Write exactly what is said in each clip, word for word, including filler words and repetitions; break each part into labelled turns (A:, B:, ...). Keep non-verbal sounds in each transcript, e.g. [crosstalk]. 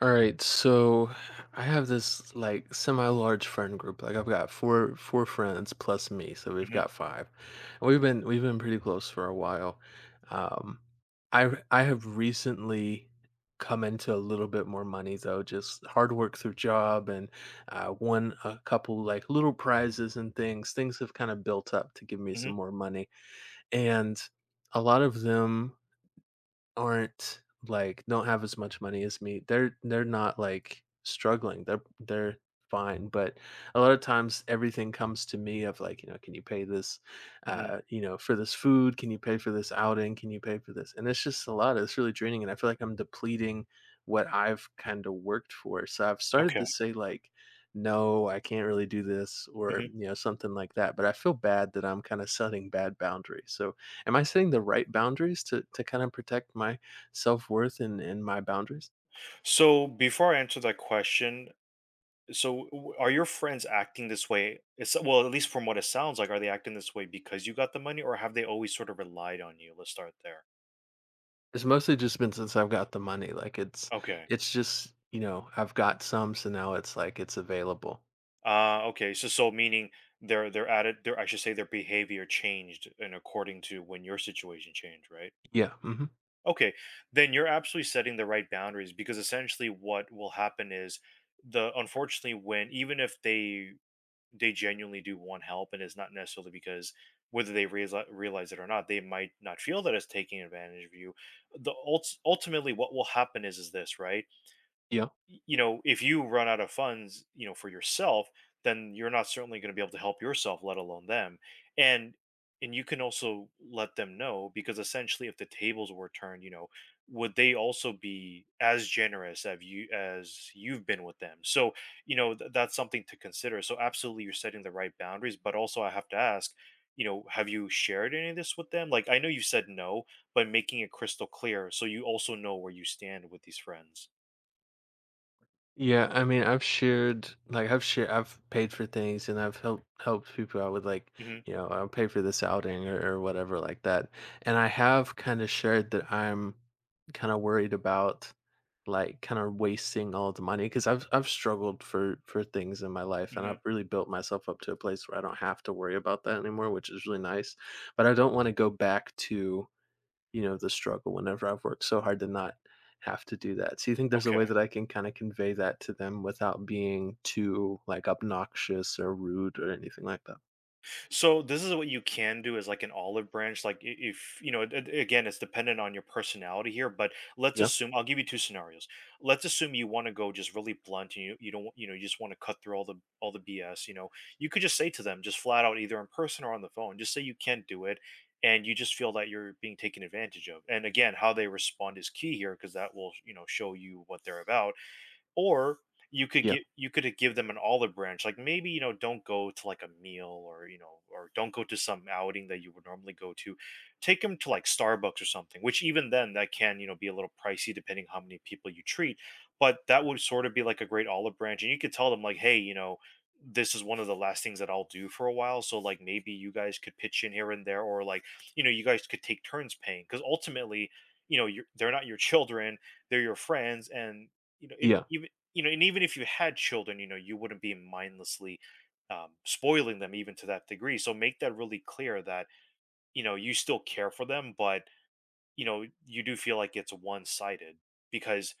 A: All right, so I have this like semi-large friend group. Like I've got four four friends plus me, so we've
B: Mhm,
A: got five. And we've been we've been pretty close for a while. Um, I r- I have recently come into a little bit more money though, just hard work through job and uh, won a couple like little prizes and things. Things have kind of built up to give me
B: mhm,
A: some more money, and a lot of them aren't like don't have as much money as me. They're they're not like struggling. They're they're fine. But a lot of times everything comes to me of like, you know, can you pay this
B: mhm.
A: uh, you know, for this food? Can you pay for this outing? Can you pay for this? And it's just a lot. It's really draining. And I feel like I'm depleting what I've kind of worked for. So I've started
B: Okay,
A: to say like no, I can't really do this or
B: mhm.
A: you know something like that, but I feel bad that I'm kind of setting bad boundaries. So am I setting the right boundaries to to kind of protect my self-worth and and my boundaries?
B: So before I answer that question, so w- are your friends acting this way? It's well, at least from what it sounds like, are they acting this way because you got the money, or have they always sort of relied on you? Let's start there.
A: It's mostly just been since I've got the money, like, it's
B: Okay.
A: it's just, you know, I've got some, so now it's like it's available.
B: Uh, okay. So, so meaning they're they're at it. Their I should say their behavior changed and according to when your situation changed, right?
A: Yeah, mhm,
B: Okay. Then you're absolutely setting the right boundaries because essentially what will happen is the unfortunately when even if they they genuinely do want help and it's not necessarily because whether they realize, realize it or not, they might not feel that it's taking advantage of you. the ult- ultimately what will happen is is this, right?
A: yeah.
B: You know, if you run out of funds, you know, for yourself, then you're not certainly going to be able to help yourself, let alone them. And and you can also let them know because essentially, if the tables were turned, you know, would they also be as generous as you as you've been with them? So you know th- that's something to consider. So absolutely, you're setting the right boundaries, but also I have to ask. You know, have you shared any of this with them? Like, I know you said no, but making it crystal clear so you also know where you stand with these friends.
A: Yeah, I mean, I've shared like I've shared I've paid for things and I've helped helped people out with like,
B: Hmm,
A: you know, I'll pay for this outing or, or whatever like that. And I have kind of shared that I'm kind of worried about like kind of wasting all the money because I've I've struggled for for things in my life and I've
B: hmm.
A: really built myself up to a place where I don't have to worry about that anymore, which is really nice. But I don't want to go back to you know, the struggle whenever I've worked so hard to not have to do that. So you think there's a
B: Okay.
A: way that I can kind of convey that to them without being too like obnoxious or rude or anything like that?
B: So this is what you can do is like an olive branch. Like i- if you know, a- a- again, it's dependent on your personality here. But let's
A: Yeah.
B: assume I'll give you two scenarios. Let's assume you want to go just really blunt, and you you don't want- you know you just want to cut through all the all the B S. You know, you could just say to them just flat out, either in person or on the phone, just say you can't do it, and you just feel that you're being taken advantage of. And again, how they respond is key here because that will you know show you what they're about. Or you could
A: Yeah.
B: get you could give them an olive branch, like maybe you know don't go to like a meal or you know or don't go to some outing that you would normally go to. Take them to like Starbucks or something, which even then that can you know be a little pricey depending how many people you treat. But that would sort of be like a great olive branch, and you could tell them like, hey, you know, this is one of the last things that I'll do for a while. So like maybe you guys could pitch in here and there, or like you know you guys could take turns paying because ultimately you know you're, they're not your children, they're your friends, and you know in,
A: Yeah.
B: even you know, and even if you had children, you know, you wouldn't be mindlessly um, spoiling them even to that degree. So make that really clear that, you know, you still care for them, but, you know, you do feel like it's one sided because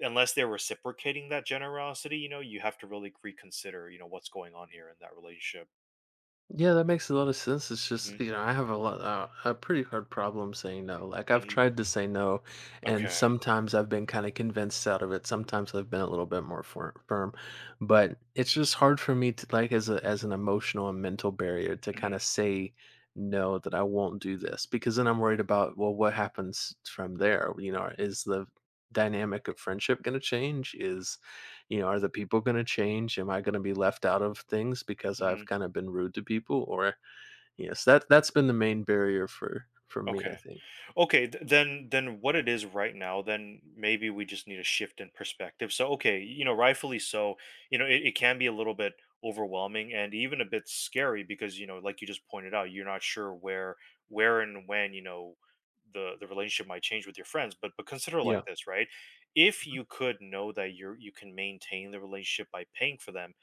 B: unless they're reciprocating that generosity, you know, you have to really reconsider, you know, what's going on here in that relationship.
A: Yeah, that makes a lot of sense. It's
B: Hmm,
A: just, you know, I have a lot, uh, a pretty hard problem saying no. Like, I've
B: hmm.
A: tried to say no, and
B: Okay.
A: sometimes I've been kind of convinced out of it. Sometimes I've been a little bit more fir- firm, but it's just hard for me to, like, as a as an emotional and mental barrier to kind
B: Hmm,
A: of say no that I won't do this because then I'm worried about, well, what happens from there? You know, is the dynamic of friendship going to change? Is you know, are the people gonna change? Am I gonna be left out of things because
B: hmm.
A: I've kinda been rude to people? Or yes, that that's been the main barrier for for me, I
B: Okay.
A: think.
B: Okay, th- then then what it is right now, then maybe we just need a shift in perspective. So okay, you know, rightfully so, you know, it, it can be a little bit overwhelming and even a bit scary because, you know, like you just pointed out, you're not sure where where and when, you know, the the relationship might change with your friends. But but consider it
A: Yeah.
B: like this, right? If you could know that you're you can maintain the relationship by paying for them,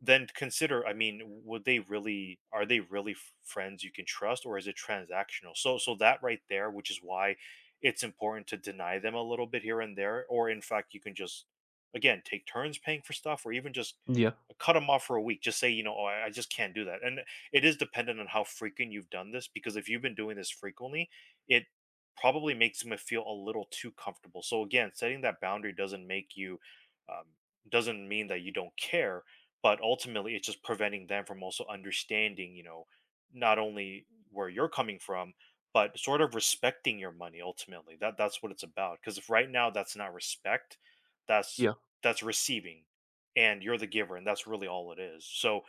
B: then consider, I mean, would they really are they really f- friends you can trust or is it transactional? So so that right there, which is why it's important to deny them a little bit here and there or in fact you can just again take turns paying for stuff or even just
A: Yeah.
B: cut them off for a week. Just say, you know, oh, I I just can't do that. And it is dependent on how frequent you've done this because if you've been doing this frequently, it probably makes them feel a little too comfortable. So again, setting that boundary doesn't make you um, doesn't mean that you don't care, but ultimately it's just preventing them from also understanding, you know, not only where you're coming from but sort of respecting your money, ultimately. That that's what it's about, because if right now that's not respect, that's
A: Yeah.
B: that's receiving and you're the giver, and that's really all it is. So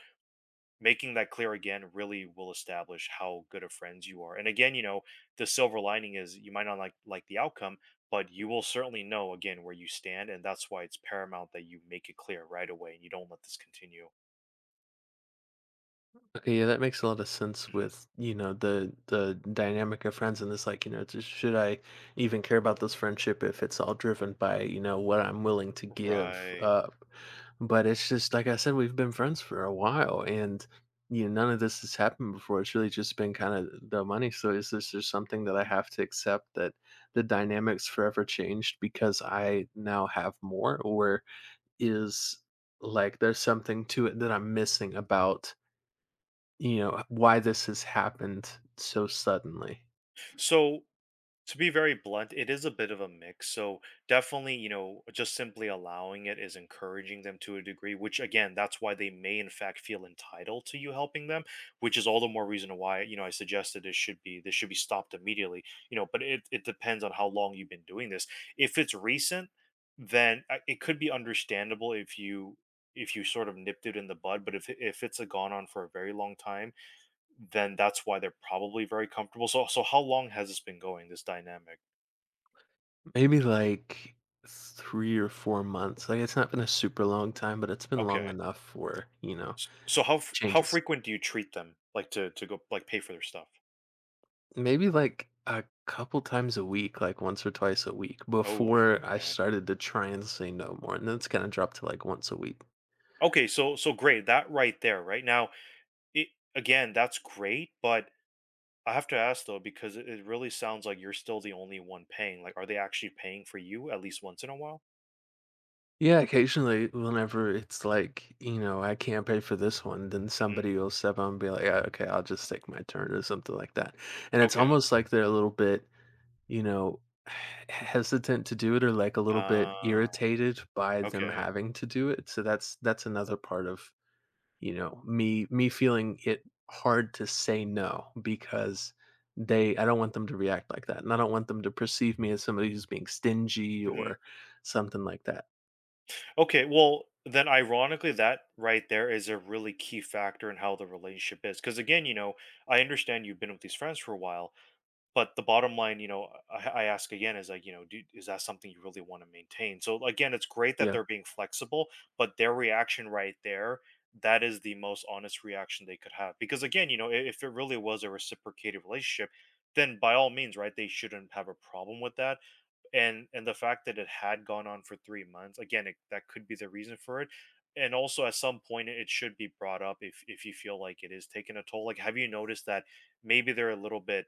B: making that clear again really will establish how good of friends you are, and again, you know, the silver lining is you might not like like the outcome, but you will certainly know again where you stand, and that's why it's paramount that you make it clear right away and you don't let this continue.
A: Okay, yeah, that makes a lot of sense
B: Mhm.
A: with, you know, the the dynamic of friends and this like, you know, just should I even care about this friendship if it's all driven by, you know, what I'm willing to give
B: Right.
A: up. But it's just like I said, we've been friends for a while and you know, none of this has happened before. It's really just been kind of the money. So is this just something that I have to accept that the dynamics forever changed because I now have more, or is like there's something to it that I'm missing about you know, why this has happened so suddenly.
B: So to be very blunt, it is a bit of a mix. So definitely, you know, just simply allowing it is encouraging them to a degree, which again, that's why they may in fact feel entitled to you helping them, which is all the more reason why, you know, I suggested this should be this should be stopped immediately. You know, but it, it depends on how long you've been doing this. If it's recent, then uh, it could be understandable if you if you sort of nipped it in the bud, but if if it's a gone on for a very long time, then that's why they're probably very comfortable. So so how long has this been going, this dynamic?
A: Maybe like three or four months. Like, it's not been a super long time, but it's been
B: Okay.
A: long enough for, you know,
B: S- So how f- how
A: changes.
B: frequent do you treat them like to to go like pay for their stuff?
A: Maybe like a couple times a week, like once or twice a week
B: Oh,
A: before I
B: okay.
A: started to try and say no more, and then it's kinda dropped to like once a week.
B: Okay, so so great. That right there, right? Now, it, again, that's great, but I have to ask though because it, it really sounds like you're still the only one paying. Like are they actually paying for you at least once in a while?
A: Yeah, occasionally, whenever it's like, you know, I can't pay for this one, then
B: Hmm.
A: somebody will step up and be like, yeah, okay, I'll just take my turn or something like that. And it's
B: Okay.
A: almost like they're a little bit, you know, [sighs] hesitant to do it or like a little bit
B: Uh
A: irritated by them
B: okay.
A: having to do it. So that's that's another part of, you know, me me feeling it hard to say no because they I don't want them to react like that. And I don't want them to perceive me as somebody who's being stingy
B: Mhm.
A: or something like that.
B: Okay, well, then ironically, that right there is a really key factor in how the relationship is. Because again, you know, I understand you've been with these friends for a while, but the bottom line, you know, I, I ask again is like, you know, do, is that something you really want to maintain? So again, it's great that
A: Yeah.
B: they're being flexible, but their reaction right there, that is the most honest reaction they could have. Because again, you know, i- if it really was a reciprocated relationship, then by all means, right, they shouldn't have a problem with that, and and the fact that it had gone on for three months, again, it, that could be the reason for it. And also at some point it should be brought up, if if you feel like it is taking a toll. Like, have you noticed that maybe they're a little bit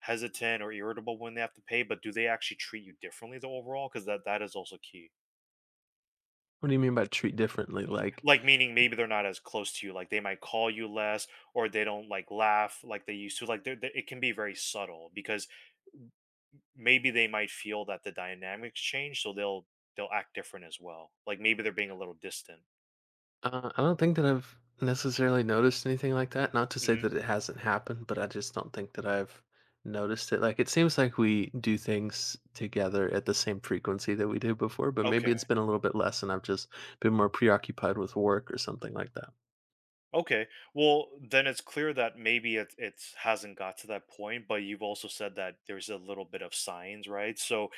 B: hesitant or irritable when they have to pay, but do they actually treat you differently though overall? Because that that is also key.
A: What do you mean by treat differently? Like,
B: Like meaning maybe they're not as close to you, like they might call you less, or they don't like laugh like they used to. Like they're, they it can be very subtle because maybe they might feel that the dynamics change, so they'll they'll act different as well. Like maybe they're being a little distant.
A: uh, I don't think that I've necessarily noticed anything like that. Not to say
B: Hmm.
A: that it hasn't happened, but I just don't think that I've noticed it. Like, it seems like we do things together at the same frequency that we did before, but maybe
B: Okay.
A: it's been a little bit less and I've just been more preoccupied with work or something like that.
B: Okay, well, then it's clear that maybe it it hasn't got to that point, but you've also said that there's a little bit of signs, right? So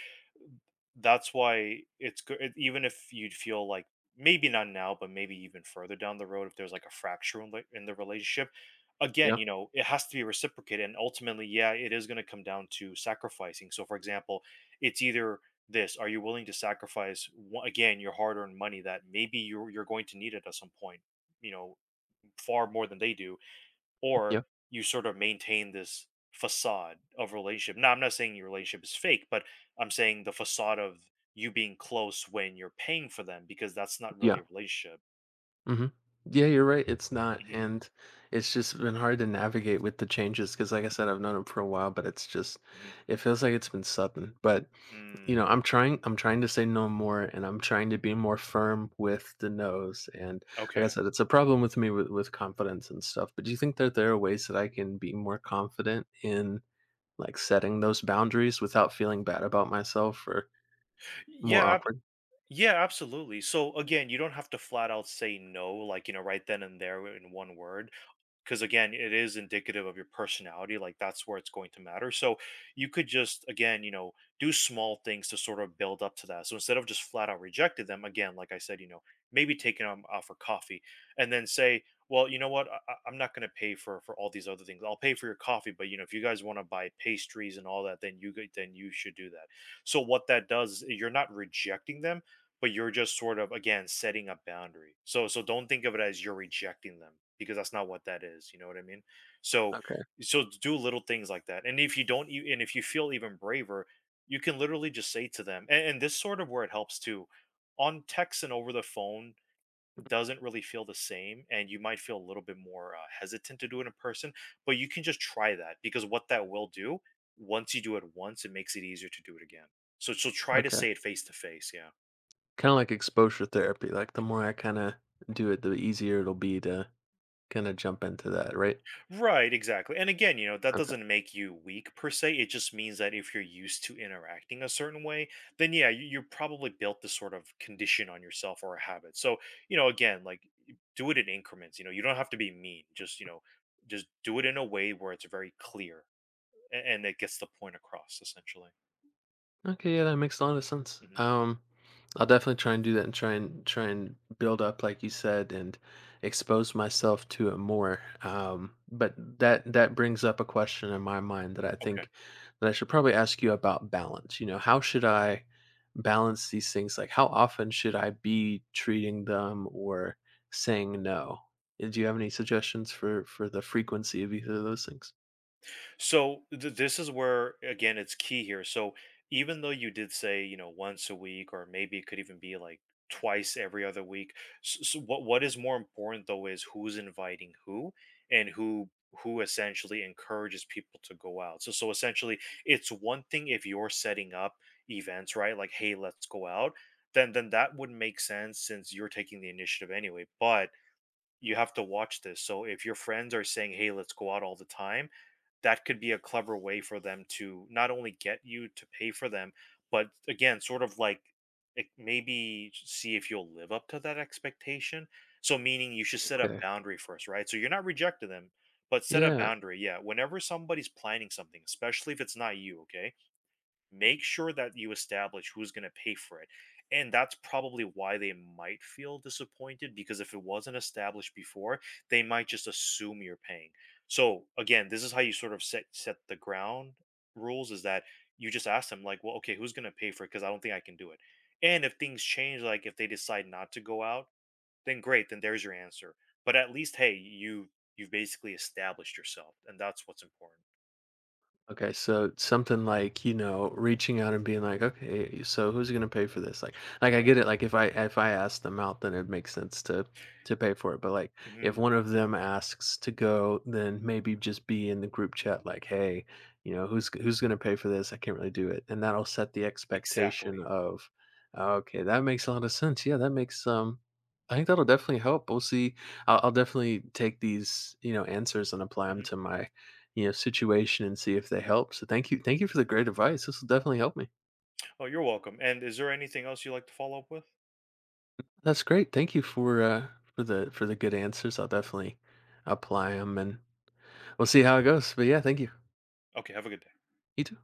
B: that's why it's good, even if you'd feel like maybe not now, but maybe even further down the road, if there's like a fracture in the, in the, relationship, again,
A: Yeah.
B: you know, it has to be reciprocated and ultimately, yeah, it is going to come down to sacrificing. So for example, it's either this: are you willing to sacrifice wha- again your hard-earned money that maybe you're you're going to need it at some point, you know, far more than they do, or
A: Yeah.
B: you sort of maintain this facade of relationship. Now, I'm not saying your relationship is fake, but I'm saying the facade of you being close when you're paying for them, because that's not really
A: Yeah.
B: a relationship.
A: Hmm. Yeah, you're right. It's not,
B: Mhm,
A: and it's just been hard to navigate with the changes because, like I said, I've known him for a while, but it's just,
B: mhm,
A: it feels like it's been sudden. But you
B: mm,
A: know, I'm trying, I'm trying to say no more, and I'm trying to be more firm with the no's. And like I
B: okay.
A: said, it's a problem with me with, with confidence and stuff. But do you think that there are ways that I can be more confident in like setting those boundaries without feeling bad about myself or more
B: Yeah. ab-
A: awkward?
B: Yeah. Absolutely. So again, you don't have to flat out say no, like you know, right then and there in one word. Because again it is indicative of your personality, like that's where it's going to matter. So you could just, again, you know, do small things to sort of build up to that. So instead of just flat out rejecting them, again like I said, you know, maybe taking them out for coffee and then say, well, you know what, I, I- i'm not going to pay for for all these other things. I'll pay for your coffee, but you know if you guys want to buy pastries and all that, then you g- then you should do that. So what that does is you're not rejecting them, but you're just sort of, again, setting a boundary. So so don't think of it as you're rejecting them, because that's not what that is, you know what I mean? So
A: Okay,
B: so do little things like that. And if you don't e- and if you feel even braver, you can literally just say to them, and, and this sort of where it helps too, on text and over the phone, doesn't really feel the same, and you might feel a little bit more uh, hesitant to do it in person. But you can just try that, because what that will do, once you do it once, it makes it easier to do it again. So so try to
A: okay.
B: say it face to face, yeah.
A: Kind of like exposure therapy, like, the more I kinda do it, the easier it'll be to kinda jump into that, right?
B: Right, exactly. And again, you know, that doesn't make you weak per se. It just means that if you're used to interacting a certain way, then yeah, you, you probably built this sort of condition on yourself, or a habit. So, you know, again, like, y- do it in increments. You know, you don't have to be mean. Just, you know, just do it in a way where it's very clear a- and it gets the point across essentially.
A: Okay, yeah, that makes a lot of sense.
B: Hmm.
A: Um, I'll definitely try and do that and try and try and build up, like you said, and expose myself to it more. Um, but that that brings up a question in my mind that I
B: Okay.
A: think that I should probably ask you about balance. You know, how should I balance these things? Like, how often should I be treating them or saying no? Uh, Do you have any suggestions for for the frequency of either of those things?
B: So th- this is where, again, it's key here. So even though you did say, you know, once a week or maybe it could even be like twice every other week, so what what is more important though is who's inviting who, and who, who essentially, encourages people to go out. So so essentially it's one thing if you're setting up events, right, like, hey, let's go out, then then that would make sense since you're taking the initiative anyway. But you have to watch this. So if your friends are saying, "Hey, let's go out all the time," that could be a clever way for them to not only get you to pay for them, but again, sort of like, it- maybe see if you'll live up to that expectation. So meaning you should set a
A: Okay.
B: boundary first, right? So you're not rejecting them, but set a
A: Yeah.
B: boundary. Yeah, whenever somebody's planning something, especially if it's not you, okay? Make sure that you establish who's going to pay for it. And that's probably why they might feel disappointed, because if it wasn't established before, they might just assume you're paying. So again, this is how you sort of set set the ground rules, is that you just ask them, like, well, okay, who's going to pay for it, because I don't think I can do it. And if things change, like if they decide not to go out, then great, then there's your answer. But at least, hey, you you've basically established yourself, and that's what's important.
A: Okay, so something like, you know, reaching out and being like, "Okay, so who's gonna pay for this?" Like like, I
B: Right.
A: get it, like, if I if I ask them out, then it makes sense to to pay for it, but, like,
B: Hmm.
A: if one of them asks to go, then maybe just be in the group chat like, "Hey, you know, who's who's gonna pay for this? I can't really do it." And that'll set the expectation
B: Exactly.
A: of, "Okay, that makes a lot of sense. Yeah, that makes, um" I think that'll definitely help. We'll see. I'll I'll definitely take these, you know, answers and apply them to
B: Mm-hmm.
A: my you know, situation and see if they help. So thank you, thank you for the great advice. This will definitely help me.
B: Oh, you're welcome. And is there anything else you'd like to follow up with?
A: That's great. Thank you for uh, for the for the good answers. I'll definitely apply them, and we'll see how it goes. But yeah, thank you.
B: Okay, have a good day.
A: You too.